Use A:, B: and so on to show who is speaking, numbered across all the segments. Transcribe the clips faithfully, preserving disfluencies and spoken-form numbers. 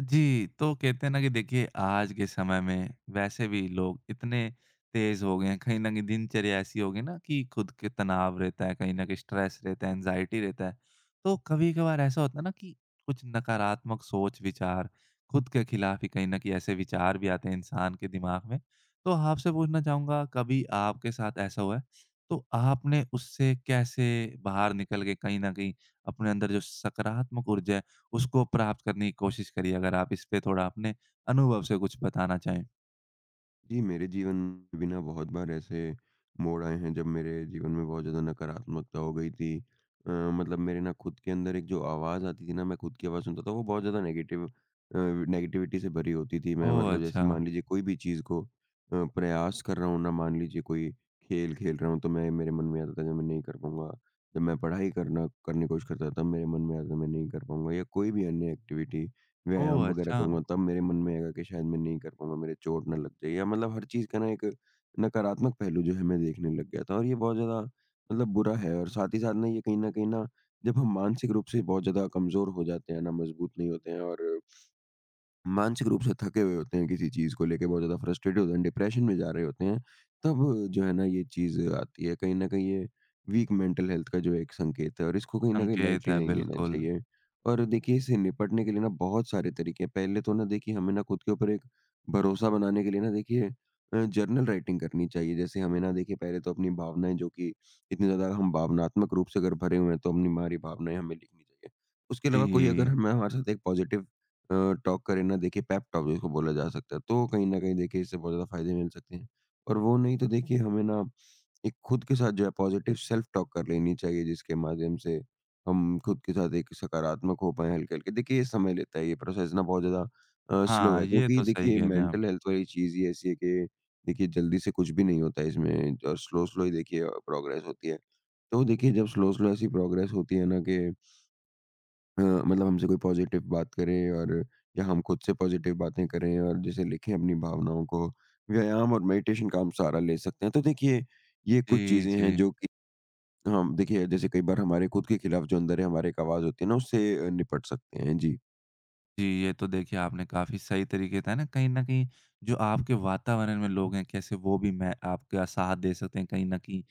A: जी, तो कहते हैं ना कि देखिए आज के समय में वैसे भी लोग इतने तेज़ हो गए हैं, कहीं न कहीं दिनचर्या ऐसी हो गई ना कि खुद के तनाव रहता है, कहीं न कहीं स्ट्रेस रहता है, एंग्ज़ायटी रहता है। तो कभी-कभार ऐसा होता है ना कि कुछ नकारात्मक सोच-विचार खुद के खिलाफ ही कहीं न कहीं ऐसे विचार भी आते हैं इंसान के दिमाग में। तो आपसे पूछना चाहूँगा कभी आपके साथ ऐसा हुआ है? तो आपने उससे कैसे बाहर निकल के कहीं न कहीं अपने अंदर जो सकारात्मक ऊर्जा है उसको प्राप्त करने की कोशिश करिए, अगर आप इस पे थोड़ा अपने अनुभव से कुछ बताना चाहें?
B: जी, मेरे जीवन में भी ना बहुत बार ऐसे मोड़ आए हैं जब मेरे जीवन में बहुत ज़्यादा नकारात्मकता हो गई थी। अ, मतलब मेरे ना खुद के अंदर एक जो आवाज़ आती थी ना, मैं खुद की आवाज़ सुनता था वो बहुत ज़्यादा नेगेटिव अ, नेगेटिविटी से भरी होती थी। मैं
A: ओह!
B: मतलब जैसे
A: अच्छा।
B: मान लीजिए कोई भी चीज़ को अ, प्रयास कर रहा हूँ ना, मान लीजिए कोई खेल खेल रहा हूँ तो मैं मेरे मन में आता था कि मैं नहीं कर पाऊँगा। जब मैं पढ़ाई करना करने की कोशिश करता था तब मेरे मन में आता था मैं नहीं कर पाऊँगा, या कोई भी अन्य एक्टिविटी व्यायाम
A: ओह!
B: वगैरह
A: अच्छा,
B: करूँगा तब मेरे मन में आएगा कि शायद मैं नहीं कर पाऊँगा, मेरे चोट ना लग जाए, या मतलब हर चीज़ का ना एक नकारात्मक पहलू जो है मैं देखने लग गया था। और ये बहुत ज़्यादा मतलब बुरा है, और साथ ही साथ ना ये कहीं न कहीं ना, जब हम मानसिक रूप से बहुत ज़्यादा कमज़ोर हो जाते हैं ना, मजबूत नहीं होते हैं, और मानसिक रूप से थके हुए होते हैं किसी चीज़ को लेके, बहुत ज़्यादा फ्रस्ट्रेटेड होते हैं, डिप्रेशन में जा रहे होते हैं, तब जो है ना ये चीज़ आती है। कहीं न कहीं ये वीक मेंटल हेल्थ का जो एक संकेत है, और इसको कहीं न कहीं
A: संकेत
B: लाइटली
A: है,
B: नहीं लेना
A: बिल्कुल।
B: चाहिए। और देखिए इससे निपटने के लिए ना बहुत सारे तरीके हैं। पहले तो ना देखिए हमें ना खुद के ऊपर एक भरोसा बनाने के लिए ना देखिए अ, जर्नल राइटिंग करनी चाहिए। जैसे हमें ना देखिए पहले तो अपनी भावनाएँ जो कि इतनी ज़्यादा हम भावनात्मक रूप से अगर भरे हुए हैं, तो अपनी हमारी भावनाएँ हमें लिखनी चाहिए। उसके अलावा कोई अगर
A: जी।
B: हमें हमारे साथ एक पॉज़िटिव अ, टॉक करें, ना देखिए पेप टॉक जिसको बोला जा सकता है, तो कहीं न कहीं देखिए इससे बहुत ज़्यादा फ़ायदे मिल सकते हैं। और वो नहीं तो देखिए हमें ना एक खुद के साथ जो है पॉज़िटिव सेल्फ टॉक कर लेनी चाहिए, जिसके माध्यम से हम खुद के साथ एक सकारात्मक हो पाएँ हल्के-हल्के। देखिए ये समय लेता है, ये प्रोसेस ना बहुत ज़्यादा अ, स्लो
A: हाँ,
B: है,
A: ये
B: क्योंकि
A: तो सही
B: देखिए
A: कह रहे हैं आप।
B: मेंटल हेल्थ वाली चीज़ ही ऐसी है कि देखिए जल्दी से कुछ भी नहीं होता है इसमें, और स्लो-स्लो ही देखिए अ, प्रोग्रेस होती है। तो देखिए जब स्लो-स्लो ऐसी प्रोग्रेस होती है ना कि अ, मतलब हमसे कोई पॉज़िटिव बात करे, और या हम खुद से पॉज़िटिव बातें करें, और जैसे लिखें अपनी भावनाओं को। व्यायाम और मेडिटेशन का हम सहारा ले सकते हैं। तो देखिए, ये कुछ
A: जी,
B: चीज़ें हैं
A: जी।
B: जो कि हम देखिए जैसे कई बार हमारे खुद के खिलाफ जो अंदर है हमारे एक आवाज़ होती है ना, उससे अ, निपट सकते हैं। जी।
A: जी, ये तो देखिए आपने काफ़ी सही तरीके था ना कहीं न कहीं जो आपके वातावरण में लोग हैं कैसे वो भी मैं आपका साथ दे सकते हैं कहीं न कहीं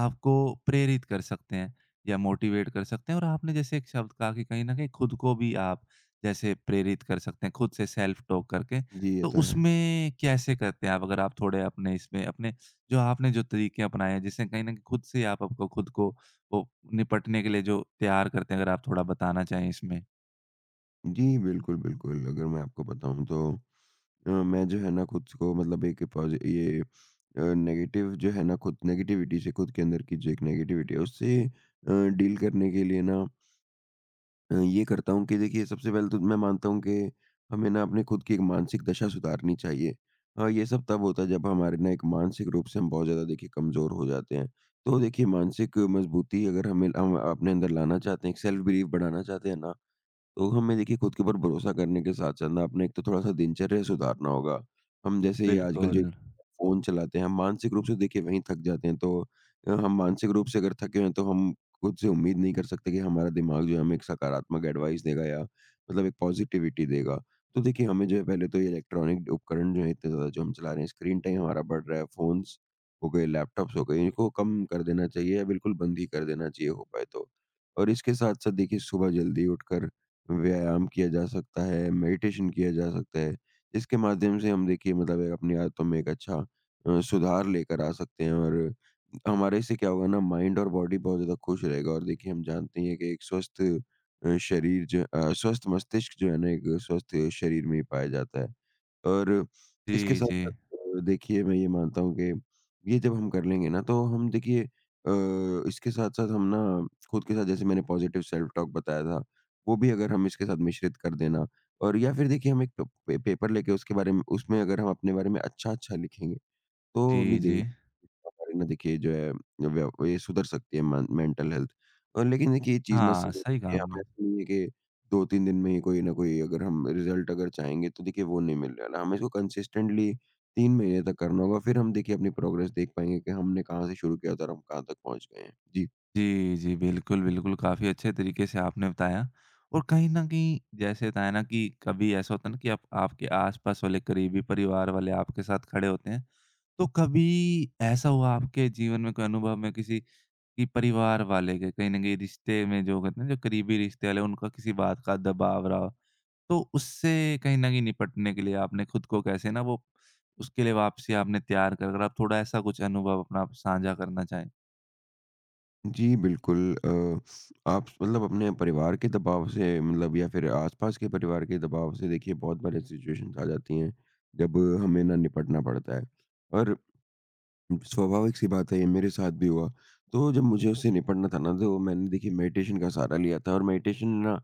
A: आपको प्रेरित कर सकते हैं या मोटिवेट कर सकते हैं और आपने जैसे एक शब्द कहा कि कहीं न कहीं खुद को भी आप जैसे प्रेरित कर सकते हैं खुद से सेल्फ टॉक करके।
B: जी, ये
A: तो
B: तो है।
A: उसमें कैसे करते हैं आप? अगर आप थोड़े अपने इसमें अपने जो आपने जो तरीके अपनाए हैं जिससे कहीं न कहीं खुद से आप आपको खुद को वो निपटने के लिए जो तैयार करते हैं अगर आप थोड़ा बताना चाहें इसमें?
B: जी, बिल्कुल, बिल्कुल। अगर मैं आपको बताऊँ तो अ, मैं जो है ना खुद को मतलब एक पॉज़ि ये अ, नेगेटिव जो है ना खुद नेगेटिविटी से खुद के अंदर की जो एक नेगेटिविटी है, उससे अ, डील करने के लिए ना अ, ये करता हूँ कि देखिए सबसे पहले तो मैं मानता हूँ कि हमें ना अपने खुद की एक मानसिक दशा सुधारनी चाहिए। अ, ये सब तब होता है जब हमारे ना एक मानसिक रूप से हम बहुत ज़्यादा देखिए कमज़ोर हो जाते हैं। तो देखिए मानसिक मजबूती अगर हमें हम अपने अंदर लाना चाहते हैं, एक सेल्फ बिलीव बढ़ाना चाहते हैं ना, तो हमें देखिए खुद के ऊपर भरोसा करने के साथ साथ ना अपने एक तो थोड़ा-सा दिनचर्या सुधारना होगा। हम जैसे ये आजकल
A: बिल्कुल।
B: जो फ़ोन चलाते हैं, हम मानसिक रूप से देखिए वहीं थक जाते हैं। तो अ, हम मानसिक रूप से अगर थके हुए हैं, तो हम खुद से उम्मीद नहीं कर सकते कि हमारा दिमाग जो है हमें एक सकारात्मक एडवाइस देगा, या मतलब एक पॉज़िटिविटी देगा। तो देखिए हमें जो है पहले तो ये इलेक्ट्रॉनिक उपकरण जो है इतने ज़्यादा जो हम चला रहे हैं, स्क्रीन टाइम हमारा बढ़ रहा है, फ़ोन्स हो गए, लैपटॉप्स हो गए, इनको कम कर देना चाहिए, या बिल्कुल बंद ही कर देना चाहिए हो पाए तो। और इसके साथ-साथ देखिए सुबह जल्दी उठकर व्यायाम किया जा सकता है, मेडिटेशन किया जा सकता है। इसके माध्यम से हम देखिए मतलब एक अपनी आदतों में एक अच्छा अ, सुधार लेकर आ सकते हैं, और हमारे से क्या होगा ना माइंड और बॉडी बहुत ज़्यादा खुश रहेगा, और देखिए हम जानते ही हैं कि एक स्वस्थ अ, शरीर जो अ, स्वस्थ मस्तिष्क जो है ना एक स्वस्थ शरीर में ही पाया जाता है। और इसके
A: जी, जी।
B: साथ-साथ अ, देखिए मैं ये मानता हूँ कि ये जब हम कर लेंगे ना, तो हम देखिए अ, इसके साथ-साथ हम ना खुद के साथ जैसे मैंने पॉजिटिव सेल्फ टॉक बताया था, वो भी अगर हम इसके साथ मिश्रित कर देना, और या फिर देखिए हम एक प पे पेपर लेके, उसके बारे में उसमें अगर हम अपने बारे में अच्छा-अच्छा लिखेंगे,
A: जी,
B: तो भी दे
A: जी।
B: हमारी ना देखिए जो है व्य ये सुधर सकती है, मन मेंटल हेल्थ अ, लेकिन देखिए ये चीज़ ना
A: हाँ,
B: सुधर
A: सही कहा
B: सकती है। हमें
A: आपने।
B: ऐसा नहीं है कि दो तीन दिन में ही कोई ना कोई अगर हम रिज़ल्ट अगर चाहेंगे, तो देखिए वो नहीं मिलने वाला। हमें इसको कंसिस्टेंटली तीन महीने तक करना होगा, फिर हम देखिए अपनी प्रोग्रेस देख पाएँगे कि हमने कहाँ से शुरू किया था, और हम कहाँ तक पहुँच गए हैं। जी।
A: जी, जी, बिल्कुल, बिल्कुल, काफ़ी अच्छे तरीके से आपने बताया और कहीं न कहीं जैसे बताया ना कि कभी ऐसा होता है ना कि आप आपके आस-पास वाले करीबी परिवार वाले आपके साथ खड़े होते हैं, तो कभी ऐसा हुआ आपके जीवन में कोई अनुभव में किसी कि परिवार वाले के कहीं न कहीं रिश्ते में जो कहते हैं ना जो करीबी रिश्ते वाले उनका किसी बात का दबाव रहा हो? तो उससे कहीं न कहीं निपटने के लिए आपने खुद को कैसे ना वो उसके लिए वापसी आपने तैयार कर अगर आप थोड़ा ऐसा कुछ अनुभव अपना आप साझा करना चाहें?
B: जी, बिल्कुल। अ, आप मतलब अपने परिवार के दबाव से, मतलब या फिर आस-पास के परिवार के दबाव से देखिए बहुत बार ऐसी सिचुएशंस आ जाती हैं, जब हमें ना निपटना पड़ता है। और स्वाभाविक सी बात है, ये मेरे साथ भी हुआ। तो जब मुझे उससे निपटना था ना, तो मैंने देखिए मेडिटेशन का सहारा लिया था, और मेडिटेशन ने ना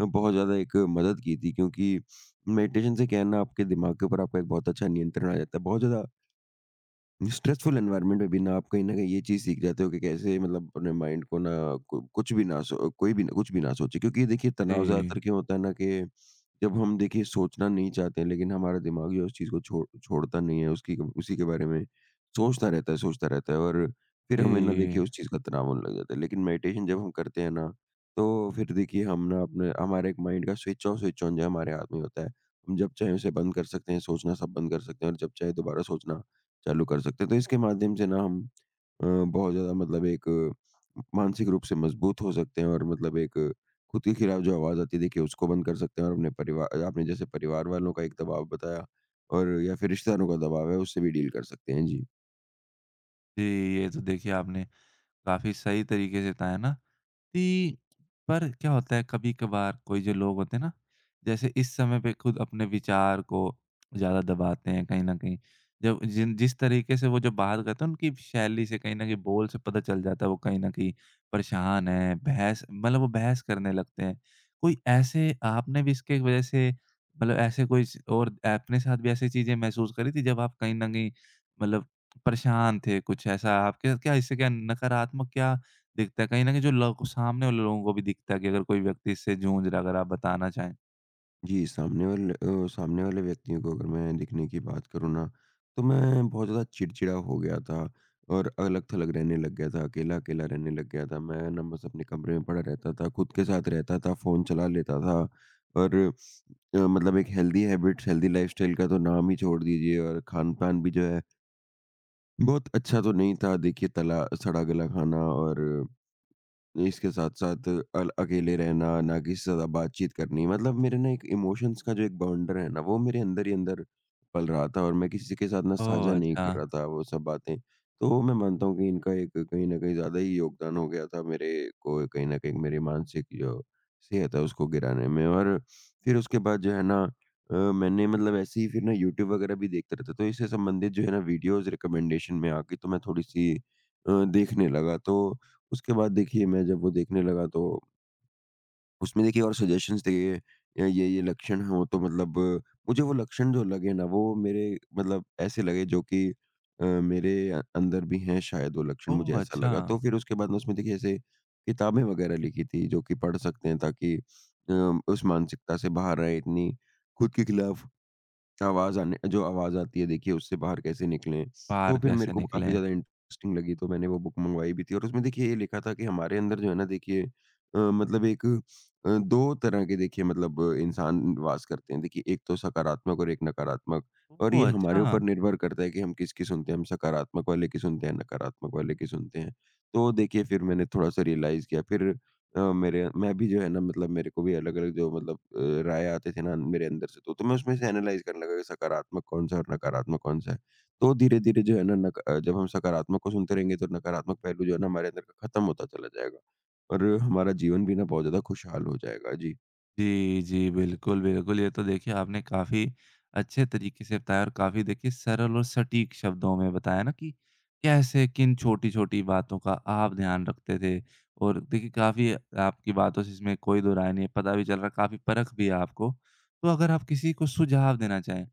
B: अ, बहुत ज़्यादा एक मदद की थी, क्योंकि मेडिटेशन से क्या है ना आपके दिमाग के ऊपर आपका एक बहुत अच्छा नियंत्रण आ जाता है। बहुत ज़्यादा स्ट्रेसफुल एनवायरनमेंट में भी ना आप कहीं न कहीं ये चीज़ सीख जाते हो कि कैसे मतलब अपने माइंड को ना कु कुछ भी ना सो कोई भी ना कुछ भी ना सोचे, क्योंकि ये देखिए तनाव
A: जी।
B: ज़्यादातर क्यों होता है ना कि जब हम देखिए सोचना नहीं चाहते हैं, लेकिन हमारा दिमाग जो है उस चीज़ को छोड़ छोड़ता नहीं है, उसकी उसी के बारे में सोचता रहता है, सोचता रहता है, और फिर हमें ना देखिए
A: जी,
B: उस चीज़ का तनाव होने लग जाता है। लेकिन मेडिटेशन जब हम करते हैं ना, तो फिर देखिए हम ना अपने हमारे एक माइंड का स्विच ऑफ, स्विच ऑन जो है हमारे हाथ में होता है। हम जब चाहे उसे बंद कर सकते हैं, सोचना सब बंद कर सकते हैं, और जब चाहे दोबारा सोचना चालू कर सकते हैं। तो इसके माध्यम से ना हम अ, बहुत ज़्यादा मतलब एक अ, मानसिक रूप से मजबूत हो सकते हैं, और मतलब एक अ, खुद के खिलाफ जो आवाज़ आती है देखिए उसको बंद कर सकते हैं, और अपने परिवार आपने जैसे परिवार वालों का एक दबाव बताया, और या फिर रिश्तेदारों का दबाव है, उससे भी डील कर सकते हैं। जी।
A: जी, ये तो देखिए आपने काफ़ी सही तरीके से बताया ना ती पर क्या होता है कभी-कभार कोई जो लोग होते हैं ना, जैसे इस समय पे खुद अपने विचार को ज़्यादा दबाते हैं कहीं न कहीं। जब जिन जिस तरीके से वो जो बात करते हैं उनकी शैली से कहीं न कहीं बोल से पता चल जाता है वो कहीं न कहीं परेशान हैं, बहस मतलब वो बहस करने लगते हैं। कोई ऐसे आपने भी इसके वजह से मतलब ऐसे कोई स और अपने साथ भी ऐसी चीज़ें महसूस करी थी जब आप कहीं न कहीं मतलब परेशान थे कुछ ऐसा आपके साथ क्या इससे क्या नकारात्मक क्या दिखता है, कहीं न कहीं जो लोग सामने वाले लोगों को भी दिखता है कि अगर कोई व्यक्ति इससे जूझ रहा है, अगर आप बताना चाहें?
B: जी, सामने वाले अ, सामने वाले व्यक्तियों को अगर मैं दिखने की बात करूँ ना, तो मैं बहुत ज़्यादा चिड़चिड़ा हो गया था, और अलग-थलग रहने लग गया था, अकेला-अकेला रहने लग गया था। मैं ना बस अपने कमरे में पड़ा रहता था, खुद के साथ रहता था, फ़ोन चला लेता था, और अ, मतलब एक हेल्दी हैबिट्स, हेल्दी लाइफ़स्टाइल का तो नाम ही छोड़ दीजिए, और खान-पान भी जो है, बहुत अच्छा तो नहीं था। देखिए, तला सड़ा-गला खाना, और इसके साथ-साथ अल अकेले रहना, ना किसी से ज़्यादा बातचीत करनी, मतलब मेरे ना एक इमोशंस का जो एक बाउंडर है ना, वो मेरे अंदर ही अंदर पल रहा था, और मैं किसी के साथ ना साझा
A: ओह!
B: नहीं
A: अच्छा।
B: कर रहा था वो सब बातें। तो मैं मानता हूँ कि इनका एक कहीं न कहीं ज़्यादा ही योगदान हो गया था मेरे को कहीं न कहीं मेरी मानसिक जो सेहत है उसको गिराने में। और फिर उसके बाद जो है ना अ, मैंने मतलब ऐसे ही फिर ना यूट्यूब वगैरह भी देखता रहता, तो इससे संबंधित जो है ना वीडियोज़ रिकमेंडेशन में आ गई, तो मैं थोड़ी-सी अ, देखने लगा। तो उसके बाद देखिए मैं जब वो देखने लगा, तो उसमें देखिए और सजेशंस थे, ये ये ये लक्षण हो तो मतलब अ, मुझे वो लक्षण जो लगे ना वो मेरे मतलब ऐसे लगे जो कि अ, मेरे अ- अंदर भी हैं शायद वो लक्षण, मुझे
A: ओह!
B: ऐसा
A: अच्छा।
B: लगा, तो फिर उसके बाद ना उसमें देखिए ऐसे किताबें वगैरह लिखी थी जो कि पढ़ सकते हैं, ताकि अ, उस मानसिकता से बाहर आए, इतनी खुद के खिलाफ आवाज़ आने जो आवाज़ आती है देखिए उससे बाहर कैसे निकलें।
A: पार
B: तो फिर मेरे
A: कैसे
B: को वो काफ़ी
A: निकले?
B: ज़्यादा इंटरेस्टिंग लगी, तो मैंने वो बुक मँगवाई भी थी, और उसमें देखिए ये लिखा था कि हमारे अंदर जो है ना देखिए अ, मतलब एक अ, दो तरह के देखिए मतलब अ, इंसान वास करते हैं। देखिए एक तो सकारात्मक और एक नकारात्मक, और ये
A: ओह!
B: हमारे
A: अच्छा।
B: ऊपर निर्भर करता है कि हम किसकी सुनते हैं, हम सकारात्मक वाले की सुनते हैं, नकारात्मक वाले की सुनते हैं। तो देखिए फिर मैंने थोड़ा-सा रियलाइज़ किया फिर अ, मेरे मैं भी जो है ना, मतलब मेरे को भी अलग-अलग जो मतलब अ, राय आते थे ना मेरे अंदर से, तो, तो मैं उसमें से एनालाइज़ करने लगा कि सकारात्मक कौन-सा है और नकारात्मक कौन-सा है। तो धीरे-धीरे जो है ना, नक अ, जब हम सकारात्मक को सुनते रहेंगे तो नकारात्मक पहलू जो है ना हमारे अंदर का खत्म होता चला जाएगा और हमारा जीवन भी ना बहुत ज़्यादा खुशहाल हो जाएगा। जी।
A: जी, जी, बिल्कुल, बिल्कुल। ये तो देखिए आपने काफ़ी अच्छे तरीके से बताया और काफ़ी देखिए सरल और सटीक शब्दों में बताया ना कि कैसे किन छोटी-छोटी बातों का आप ध्यान रखते थे और देखिए काफ़ी आपकी बातों से इसमें कोई दो राय नहीं है, पता भी चल रहा है काफ़ी परख भी है आपको। तो अगर आप किसी को सुझाव देना चाहें?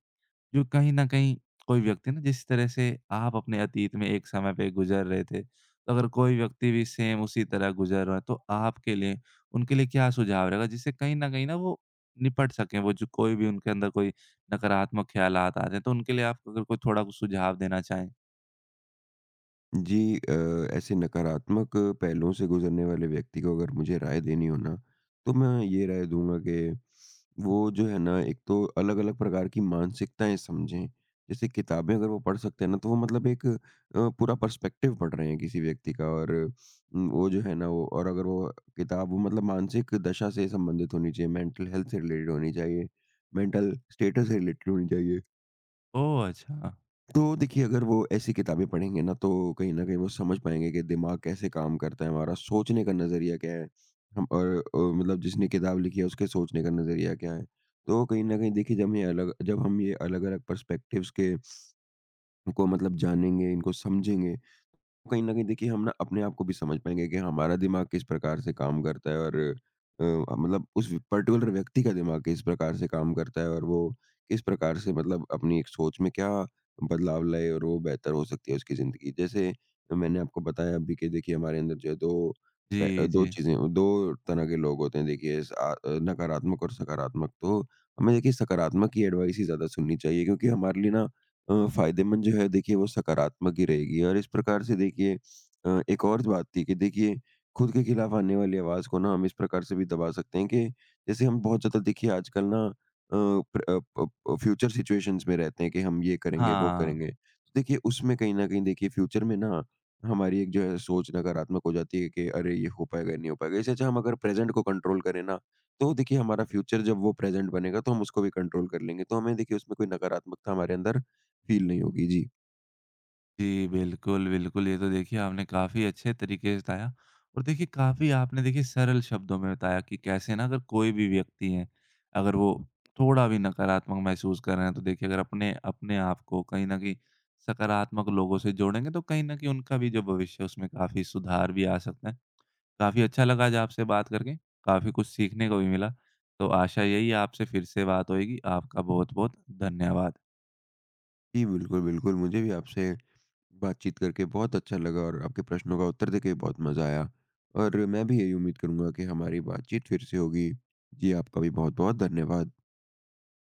A: जो कहीं न कहीं कोई व्यक्ति ना जिस तरह से आप अपने अतीत में एक समय पे गुज़र रहे थे, तो अगर कोई व्यक्ति भी सेम उसी तरह गुज़र रहा है, तो आपके लिए उनके लिए क्या सुझाव रहेगा? जिससे कहीं न कहीं ना वो निपट सकें, वो जो कोई भी उनके अंदर कोई नकारात्मक ख़्यालात आ जाएँ, तो उनके लिए आप अगर कोई थोड़ा कुछ सुझाव देना चाहें?
B: जी, अ, ऐसे नकारात्मक पहलुओं से गुजरने वाले व्यक्ति को अगर मुझे राय देनी हो ना, तो मैं ये राय दूँगा कि वो जो है ना, एक तो अलग-अलग प्रकार की मानसिकताएँ समझें। जैसे किताबें अगर वो पढ़ सकते हैं ना, तो वो मतलब एक अ, पूरा पर्सपेक्टिव पढ़ रहे हैं किसी व्यक्ति का, और उम, वो जो है ना, वो और अगर वो किताब, वो मतलब मानसिक दशा से संबंधित होनी चाहिए, मेंटल हेल्थ से रिलेटेड होनी चाहिए, मेंटल स्टेटस से रिलेटेड होनी चाहिए।
A: ओह! अच्छा।
B: तो देखिए, अगर वो ऐसी किताबें पढ़ेंगे ना, तो कहीं न कहीं वो समझ पाएँगे कि दिमाग कैसे काम करता है हमारा, सोचने का नज़रिया क्या है? हम और अ, मतलब जिसने किताब लिखी है, उसके सोचने का नज़रिया क्या है? तो कहीं न कहीं देखिए, जब ये अलग जब हम ये अलग-अलग पर्सपेक्टिव्स के को मतलब जानेंगे, इनको समझेंगे, तो कहीं न कहीं देखिए हम ना अपने आप को भी समझ पाएँगे कि हमारा दिमाग किस प्रकार से काम करता है, और अ, मतलब उस पर्टिकुलर व्यक्ति का दिमाग किस प्रकार से काम करता है और वो किस प्रकार से मतलब अपनी एक सोच में क्या बदलाव लाए और वो बेहतर हो सकती है उसकी ज़िंदगी। जैसे मैंने आपको बताया अभी कि देखिए हमारे अंदर जो है दो प
A: जी,
B: दो
A: जी।
B: चीज़ें, दो तरह के लोग होते हैं देखिए, स आ- अ, नकारात्मक और सकारात्मक। तो हमें देखिए सकारात्मक ही एडवाइस ही ज़्यादा सुननी चाहिए, क्योंकि हमारे लिए ना अ, फ़ायदेमंद जो है देखिए वो सकारात्मक ही रहेगी। और इस प्रकार से देखिए अ, एक और बात थी कि देखिए खुद के खिलाफ आने वाली आवाज़ को ना हम इस प्रकार से भी दबा सकते हैं कि जैसे हम बहुत ज़्यादा देखिए आजकल ना अ, प्र अ, प अ, फ्यूचर सिचुएशंस में रहते हैं कि हम ये करेंगे, वो
A: हाँ।
B: करेंगे। तो देखिए उसमें कहीं न कहीं देखिए फ्यूचर में ना हमारी एक जो है सोच नकारात्मक हो जाती है कि अरे! ये हो पाएगा, नहीं हो पाएगा। इससे अच्छा हम अगर प्रेज़ेंट को कंट्रोल करें ना, तो देखिए हमारा फ्यूचर जब वो प्रेज़ेंट बनेगा तो हम उसको भी कंट्रोल कर लेंगे। तो हमें देखिए उसमें कोई नकारात्मकता हमारे अंदर फ़ील नहीं होगी। जी।
A: जी, बिल्कुल, बिल्कुल। ये तो देखिए आपने काफ़ी अच्छे तरीके से बताया और देखिए काफ़ी आपने देखिए सरल शब्दों में बताया कि कैसे ना अगर कोई भी व्यक्ति है, अगर वो थोड़ा भी नकारात्मक महसूस कर रहे हैं, तो देखिए अगर अपने अपने आप को कहीं न कहीं सकारात्मक लोगों से जोड़ेंगे, तो कहीं न कहीं उनका भी जो भविष्य है, उसमें काफ़ी सुधार भी आ सकता है। काफ़ी अच्छा लगा आज आपसे बात करके, काफ़ी कुछ सीखने को भी मिला। तो आशा यही है आपसे फिर से बात होएगी। आपका बहुत-बहुत धन्यवाद।
B: जी, बिल्कुल, बिल्कुल। मुझे भी आपसे बातचीत करके बहुत अच्छा लगा और आपके प्रश्नों का उत्तर देके बहुत मज़ा आया। और मैं भी यही उम्मीद करूँगा कि हमारी बातचीत फिर से होगी। जी, आपका भी बहुत-बहुत धन्यवाद।